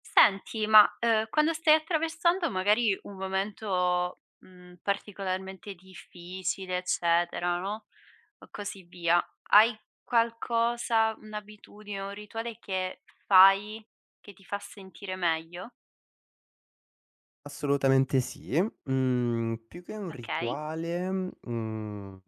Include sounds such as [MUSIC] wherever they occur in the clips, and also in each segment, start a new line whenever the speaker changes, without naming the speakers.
Senti, ma, quando stai attraversando magari un momento, particolarmente difficile, eccetera, no, o così via, hai qualcosa, un'abitudine, un rituale che fai che ti fa sentire meglio?
Assolutamente sì. Più che un
Okay.
rituale, mhmm,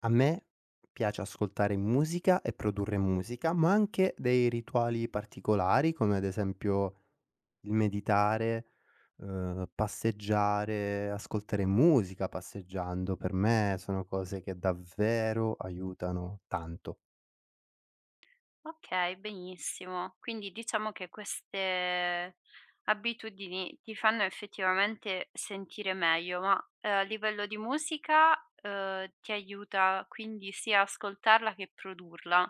a me piace ascoltare musica e produrre musica, ma anche dei rituali particolari, come ad esempio il meditare, passeggiare, ascoltare musica passeggiando. Per me sono cose che davvero aiutano tanto.
Okay, benissimo. Quindi diciamo che queste abitudini ti fanno effettivamente sentire meglio, ma, a livello di musica, ti aiuta quindi sia a ascoltarla che produrla,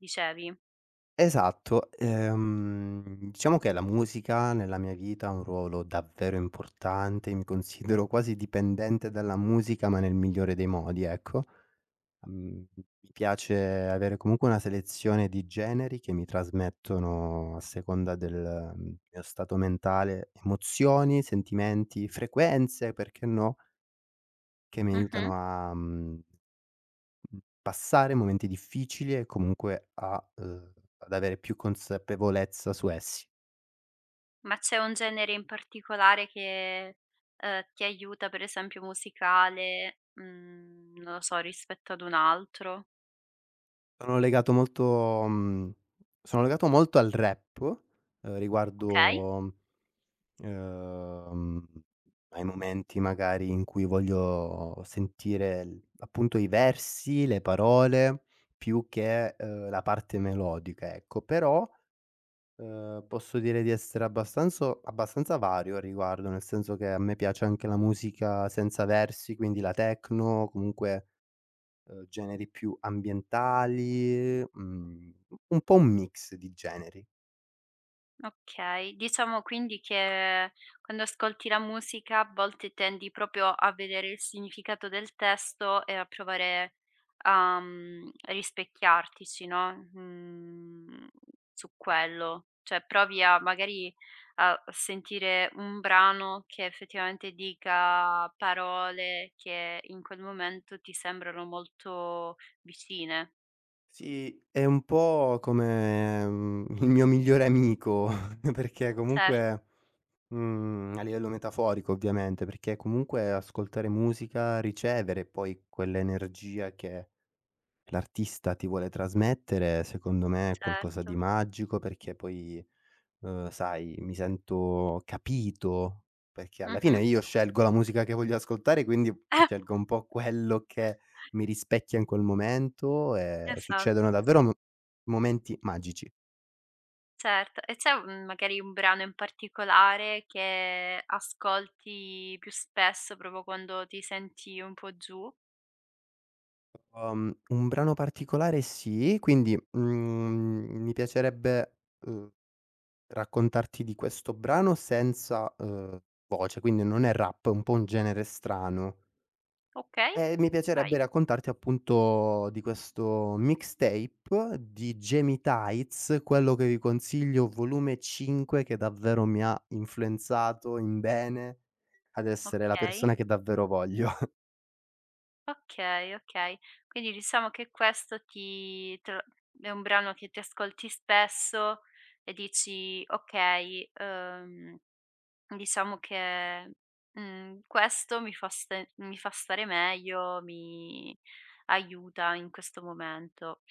dicevi.
Esatto, diciamo che la musica nella mia vita ha un ruolo davvero importante, mi considero quasi dipendente dalla musica, ma nel migliore dei modi, ecco. Mhmm, Mi piace avere comunque una selezione di generi che mi trasmettono, a seconda del, mio stato mentale, emozioni, sentimenti, frequenze, perché no, che mi aiutano
Mh-mh.
a mhmm passare momenti difficili e comunque a ad avere più consapevolezza su essi.
Ma c'è un genere in particolare che, ti aiuta, per esempio musicale, non lo so, rispetto ad un altro?
Sono legato molto mhmm, sono legato molto al rap,
Okay.
riguardo, uhm, ai momenti magari in cui voglio sentire l appunto i versi, le parole più che, la parte melodica, ecco. Però, posso dire di essere abbastanzo abbastanza vario a riguardo, nel senso che a me piace anche la musica senza versi, quindi la techno, comunque, generi più ambientali, un po' un mix di generi.
Okay, diciamo quindi che quando ascolti la musica a volte tendi proprio a vedere il significato del testo e a provare a, rispecchiartici, no, su quello. Cioè provi a magari a sentire un brano che effettivamente dica parole che in quel momento ti sembrano molto vicine.
Sì, è un po' come, [LAUGHS] il mio migliore amico, [LAUGHS] perché
Certo,
comunque, a livello metaforico ovviamente, perché comunque ascoltare musica, ricevere poi quell'energia che l'artista ti vuole trasmettere, secondo me, è qualcosa di
certo.
magico perché poi, sai, mi sento capito, perché alla
Mh-mh.
fine io scelgo la musica che voglio ascoltare, quindi scelgo
[LAUGHS]
un po' quello che mi rispecchia in quel momento e succedono
Esatto,
davvero
sì.
mo momenti magici.
Certo, e c'è un magari un brano in particolare che ascolti più spesso proprio quando ti senti un po' giù?
Un brano particolare sì, quindi, mi piacerebbe, uhm, raccontarti di questo brano senza, voce, quindi non è rap, è un po' un genere strano.
Okay,
Mi
vai.
piacerebbe raccontarti appunto di questo mixtape di Jamie Tights, quello che vi consiglio volume 5, che davvero mi ha influenzato in bene ad essere la
Okay,
persona che davvero voglio.
okay, okay. Quindi diciamo che questo ti te lo è un brano che ti ascolti spesso e dici: "Okay, diciamo che, questo mi fa stare meglio, mi aiuta in questo momento."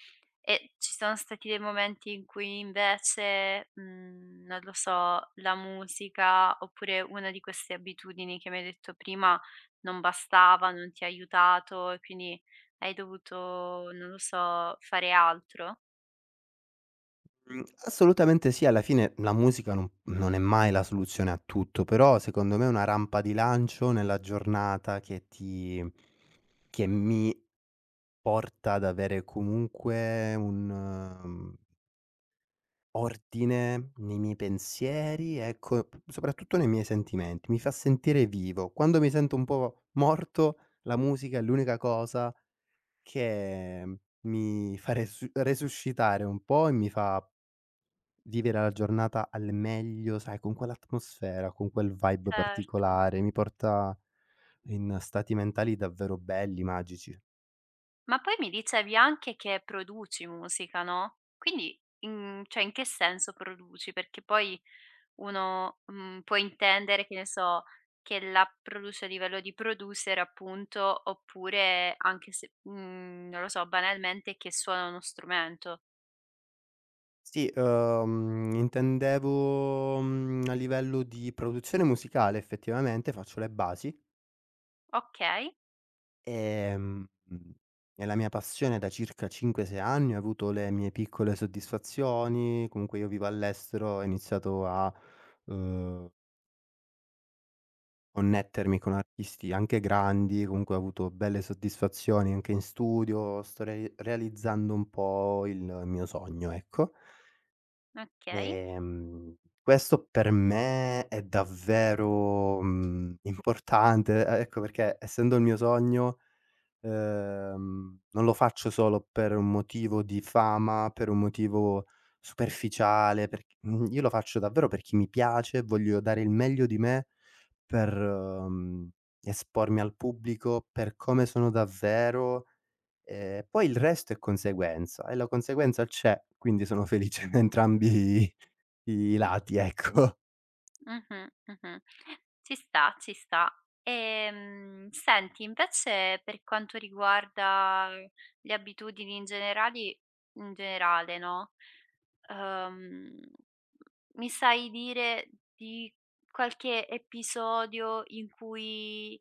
E ci sono stati dei momenti in cui invece, non lo so, la musica oppure una di queste abitudini che mi hai detto prima non bastava, non ti ha aiutato e quindi hai dovuto, non lo so, fare altro?
Mhmm, Assolutamente sì, alla fine la musica non è mai la soluzione a tutto, però secondo me è una rampa di lancio nella giornata che mi porta ad avere comunque un ordine nei miei pensieri, ecco, p soprattutto nei miei sentimenti, mi fa sentire vivo. Quando mi sento un po' morto, la musica è l'unica cosa che mi fa resuscitare un po' e mi fa vivere la giornata al meglio, sai, con quell'atmosfera, con quel vibe
Certo.
particolare, mi porta in stati mentali davvero belli, magici.
Ma poi mi dicevi anche che produci musica, no, quindi in cioè in che senso produci? Perché poi uno, può intendere, che ne so, che la produce a livello di producer appunto, oppure anche se non lo so, banalmente che suona uno strumento.
Sì, intendevo, a livello di produzione musicale effettivamente faccio le basi,
Okay,
ehm, mhmm, è la mia passione da circa 5, 6 anni, ho avuto le mie piccole soddisfazioni, comunque io vivo all'estero, ho iniziato a, uhm, connettermi con artisti anche grandi, comunque ho avuto belle soddisfazioni anche in studio, sto re realizzando un po' il mio sogno, ecco.
okay.
Ehm, Questo per me è davvero, importante, e ecco perché essendo il mio sogno, non lo faccio solo per un motivo di fama, per un motivo superficiale, io lo faccio davvero perché mi piace, voglio dare il meglio di me per, espormi al pubblico per come sono davvero. Poi il resto è conseguenza e la conseguenza c'è, quindi sono [LAUGHS] felice da entrambi i lati, ecco.
Mh-mh, mh-mh. Ci sta, ci sta. Senti invece per quanto riguarda le abitudini in generali in generale, no, uhm, mi sai dire di qualche episodio in cui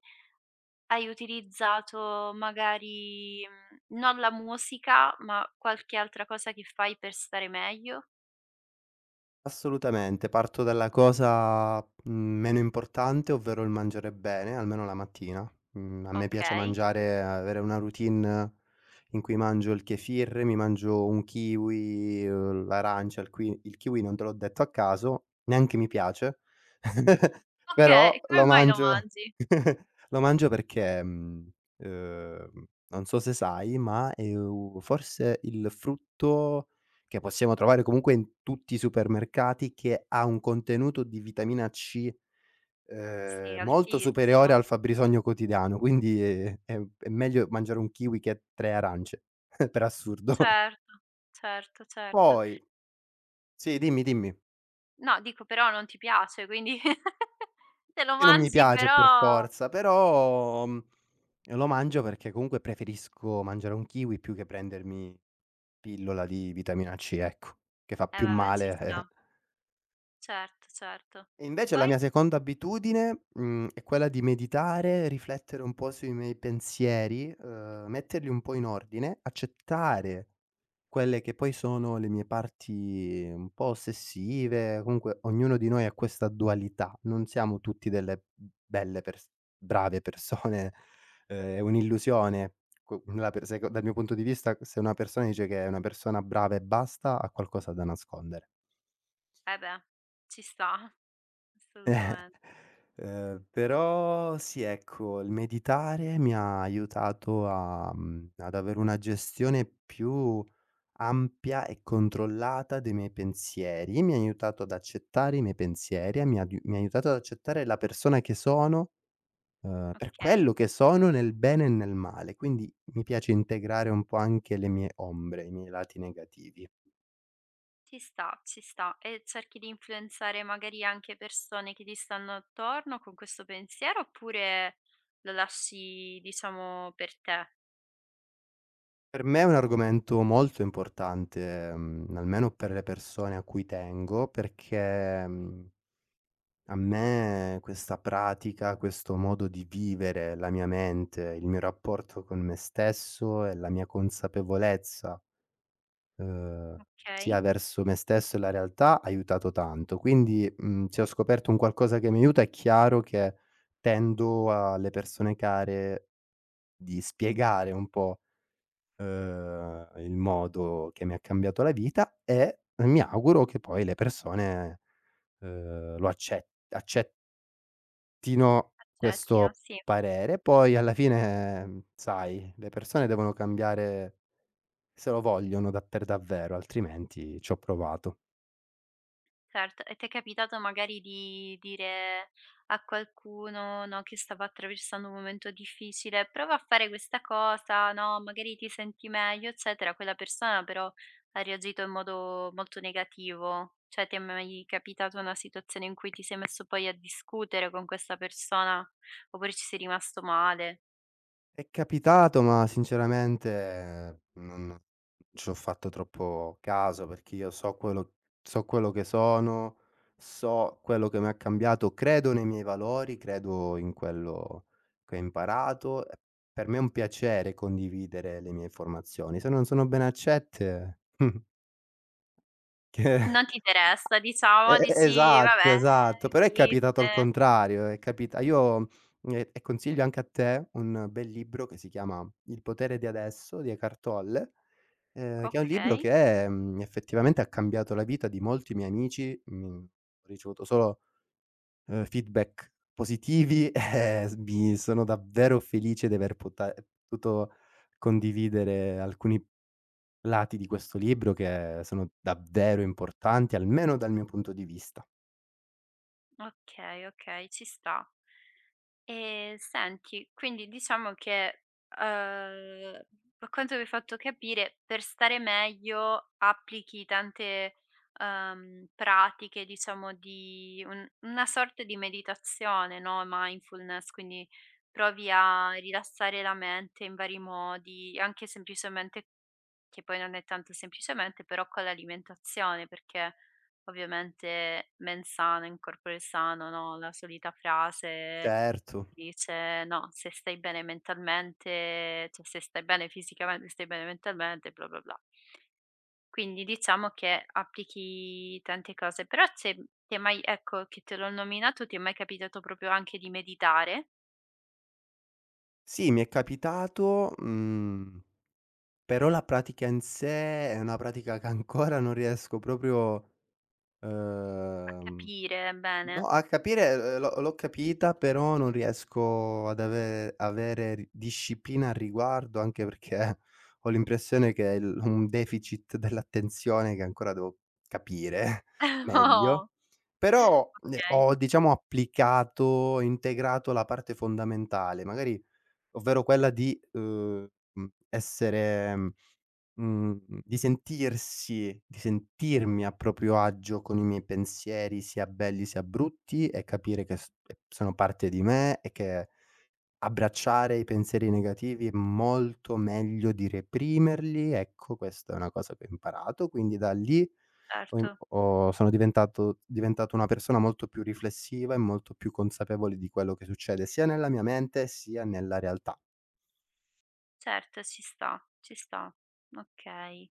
hai utilizzato magari, non la musica, ma qualche altra cosa che fai per stare meglio?
Assolutamente, parto dalla cosa, mhmm, meno importante, ovvero il mangiare bene, almeno la mattina. A me piace
Okay.
mangiare, avere una routine in cui mangio il kefir, mi mangio un kiwi, l'arancia. Il qui il kiwi non te l'ho detto a caso, neanche mi piace. [LAUGHS] Però
Okay, come
lo
mai lo
mangio,
mangi?
[LAUGHS] lo mangio perché, non so se sai, ma è u forse il frutto che possiamo trovare comunque in tutti i supermercati, che ha un contenuto di vitamina C,
Sì,
molto superiore
altissimo.
al fabbrisogno quotidiano, quindi è meglio mangiare un kiwi che 3 arance, [LAUGHS] per assurdo.
Certo, certo, certo.
Poi sì, dimmi, dimmi.
No, dico però non ti piace, quindi [LAUGHS] te lo
Che non mi
mangi
piace per
però
forza, però, lo mangio perché comunque preferisco mangiare un kiwi più che prendermi pillola di vitamina C, ecco, che fa
eh
più
vabbè ci
male, eh.
sta. Certo, certo.
E invece la
Poi?
mia seconda abitudine, è quella di meditare, riflettere un po' sui miei pensieri, metterli un po' in ordine, accettare quelle che poi sono le mie parti un po' ossessive, comunque ognuno di noi ha questa dualità, non siamo tutti delle belle pers brave persone, [LAUGHS] è un'illusione. Co la per seco Dal mio punto di vista, se una persona dice che è una persona brava e basta, ha qualcosa da nascondere.
Eh beh, ci sta, [LAUGHS]
[LAUGHS] Eh,
assolutamen
Però sì, ecco, il meditare mi ha aiutato a ad avere una gestione più ampia e controllata dei miei pensieri, mi ha aiutato ad accettare i miei pensieri, e mi ha aiutato ad accettare la persona che sono, per
okay,
quello che sono nel bene e nel male. Quindi mi piace integrare un po' anche le mie ombre, i miei lati negativi.
ci sta, ci sta. E cerchi di influenzare magari anche persone che ti stanno attorno con questo pensiero oppure lo lasci diciamo per te?
Per me è un argomento molto importante, almeno per le persone a cui tengo, perché, a me questa pratica, questo modo di vivere la mia mente, il mio rapporto con me stesso e la mia consapevolezza, uhm,
Okay,
sia verso me stesso e la realtà, ha aiutato tanto. Quindi, se ho scoperto un qualcosa che mi aiuta è chiaro che tendo alle persone care di spiegare un po' il modo che mi ha cambiato la vita, e mi auguro che poi le persone, lo accet accettino
accettino,
questo
sì.
parere. Poi alla fine, sai, le persone devono cambiare se lo vogliono da per davvero, altrimenti ci ho provato.
Certo, e ti è capitato magari di dire a qualcuno, no, che stava attraversando un momento difficile: "Prova a fare questa cosa, no, magari ti senti meglio", eccetera, quella persona però ha reagito in modo molto negativo. Cioè, ti è mai capitata una situazione in cui ti sei messo poi a discutere con questa persona, oppure ci sei rimasto male?
È capitato, ma sinceramente non ci ho fatto troppo caso, perché io so quello che sono, so quello che mi ha cambiato, credo nei miei valori, credo in quello che ho imparato. E per me è un piacere condividere le mie informazioni. Se non sono ben accette, [LAUGHS] che
Non ti interessa diciamo,
e
dici:
esatto,
"Vabbè,
esatto, però è
chi
capitato al
se"
contrario, è capita io consiglio anche a te un bel libro che si chiama "Il potere di adesso" di Eckhart Tolle, che è un libro
Okay,
che, effettivamente ha cambiato la vita di molti miei amici, ho ricevuto solo, feedback positivi, [LAUGHS] e s mi sono davvero felice di aver pota potuto condividere alcuni lati di questo libro che sono davvero importanti, almeno dal mio punto di vista.
okay, okay, ci sta. Senti, quindi diciamo che, uhm, per quanto mi hai fatto capire, per stare meglio applichi tante, pratiche diciamo di un una sorta di meditazione, no, mindfulness, quindi provi a rilassare la mente in vari modi, anche semplicemente che poi non è tanto semplicemente, però con l'alimentazione, perché ovviamente "mens sana in corpore sano", no, la solita frase che
Certo.
ti dice: "No, se stai bene mentalmente cioè se stai bene fisicamente, stai bene mentalmente", bla bla bla. Quindi diciamo che applichi tante cose, però c'è ti è mai ecco, che te l'ho nominato, ti è mai capitato proprio anche di meditare?
Sì, mi è capitato, però la pratica in sé è una pratica che ancora non riesco proprio,
A
ehm
capire
no,
bene.
a capire, l'ho capita, però non riesco ad avere ri disciplina al riguardo, anche perché [LAUGHS] ho l'impressione che il un deficit dell'attenzione che ancora devo capire [LAUGHS]
[LAUGHS] Oh,
meglio. Però,
okay,
ho diciamo applicato, integrato la parte fondamentale, magari. Ovvero quella di, essere, mhmm, mhmm, di sentirsi di sentirmi a proprio agio con i miei pensieri, sia belli sia brutti, e capire che s sono parte di me e che abbracciare i pensieri negativi è molto meglio di reprimerli. Ecco, questa è una cosa che ho imparato, quindi da lì ho im
certo.
ho sono diventato una persona molto più riflessiva e molto più consapevole di quello che succede sia nella mia mente, sia nella realtà.
Certo, ci sta, ci sta. Okay.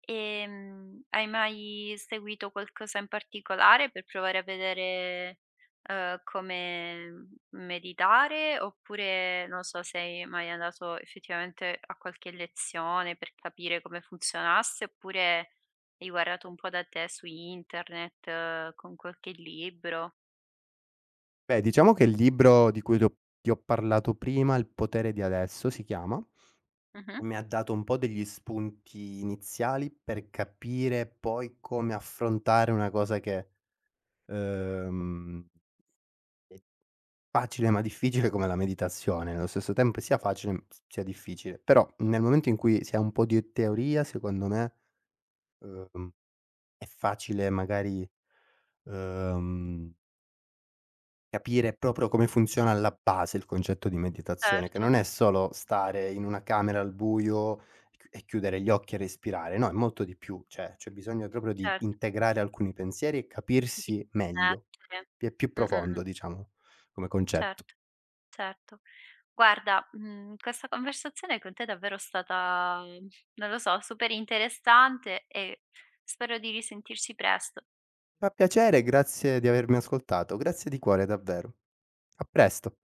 Hai mai seguito qualcosa in particolare per provare a vedere, come meditare, oppure non so, sei mai andato effettivamente a qualche lezione per capire come funzionasse, oppure hai guardato un po' da te su internet, con qualche libro?
Beh, diciamo che il libro di cui ti ho parlato prima, "Il potere di adesso" si chiama,
Mh-mh.
mi ha dato un po' degli spunti iniziali per capire poi come affrontare una cosa che, uhm, è facile ma difficile come la meditazione. Nello stesso tempo sia facile, mhmm, s sia difficile, però nel momento in cui si ha un po' di teoria, secondo me, uhm, è facile magari, uhm capire proprio come funziona alla base il concetto di meditazione, che
Certo,
non è solo stare in una camera al buio ch e chiudere gli occhi e respirare, no, è molto di più, cioè c'è bisogno proprio di
certo.
integrare alcuni pensieri e
Ti devi
capirsi meglio.
connettere.
Pi È più
Mh, mh, mh.
profondo diciamo come concetto.
Certo, certo. Guarda, questa conversazione con te è davvero stata, non lo so, super interessante e spero di risentirci presto.
Fa piacere, grazie di avermi ascoltato. Grazie di cuore davvero. A presto.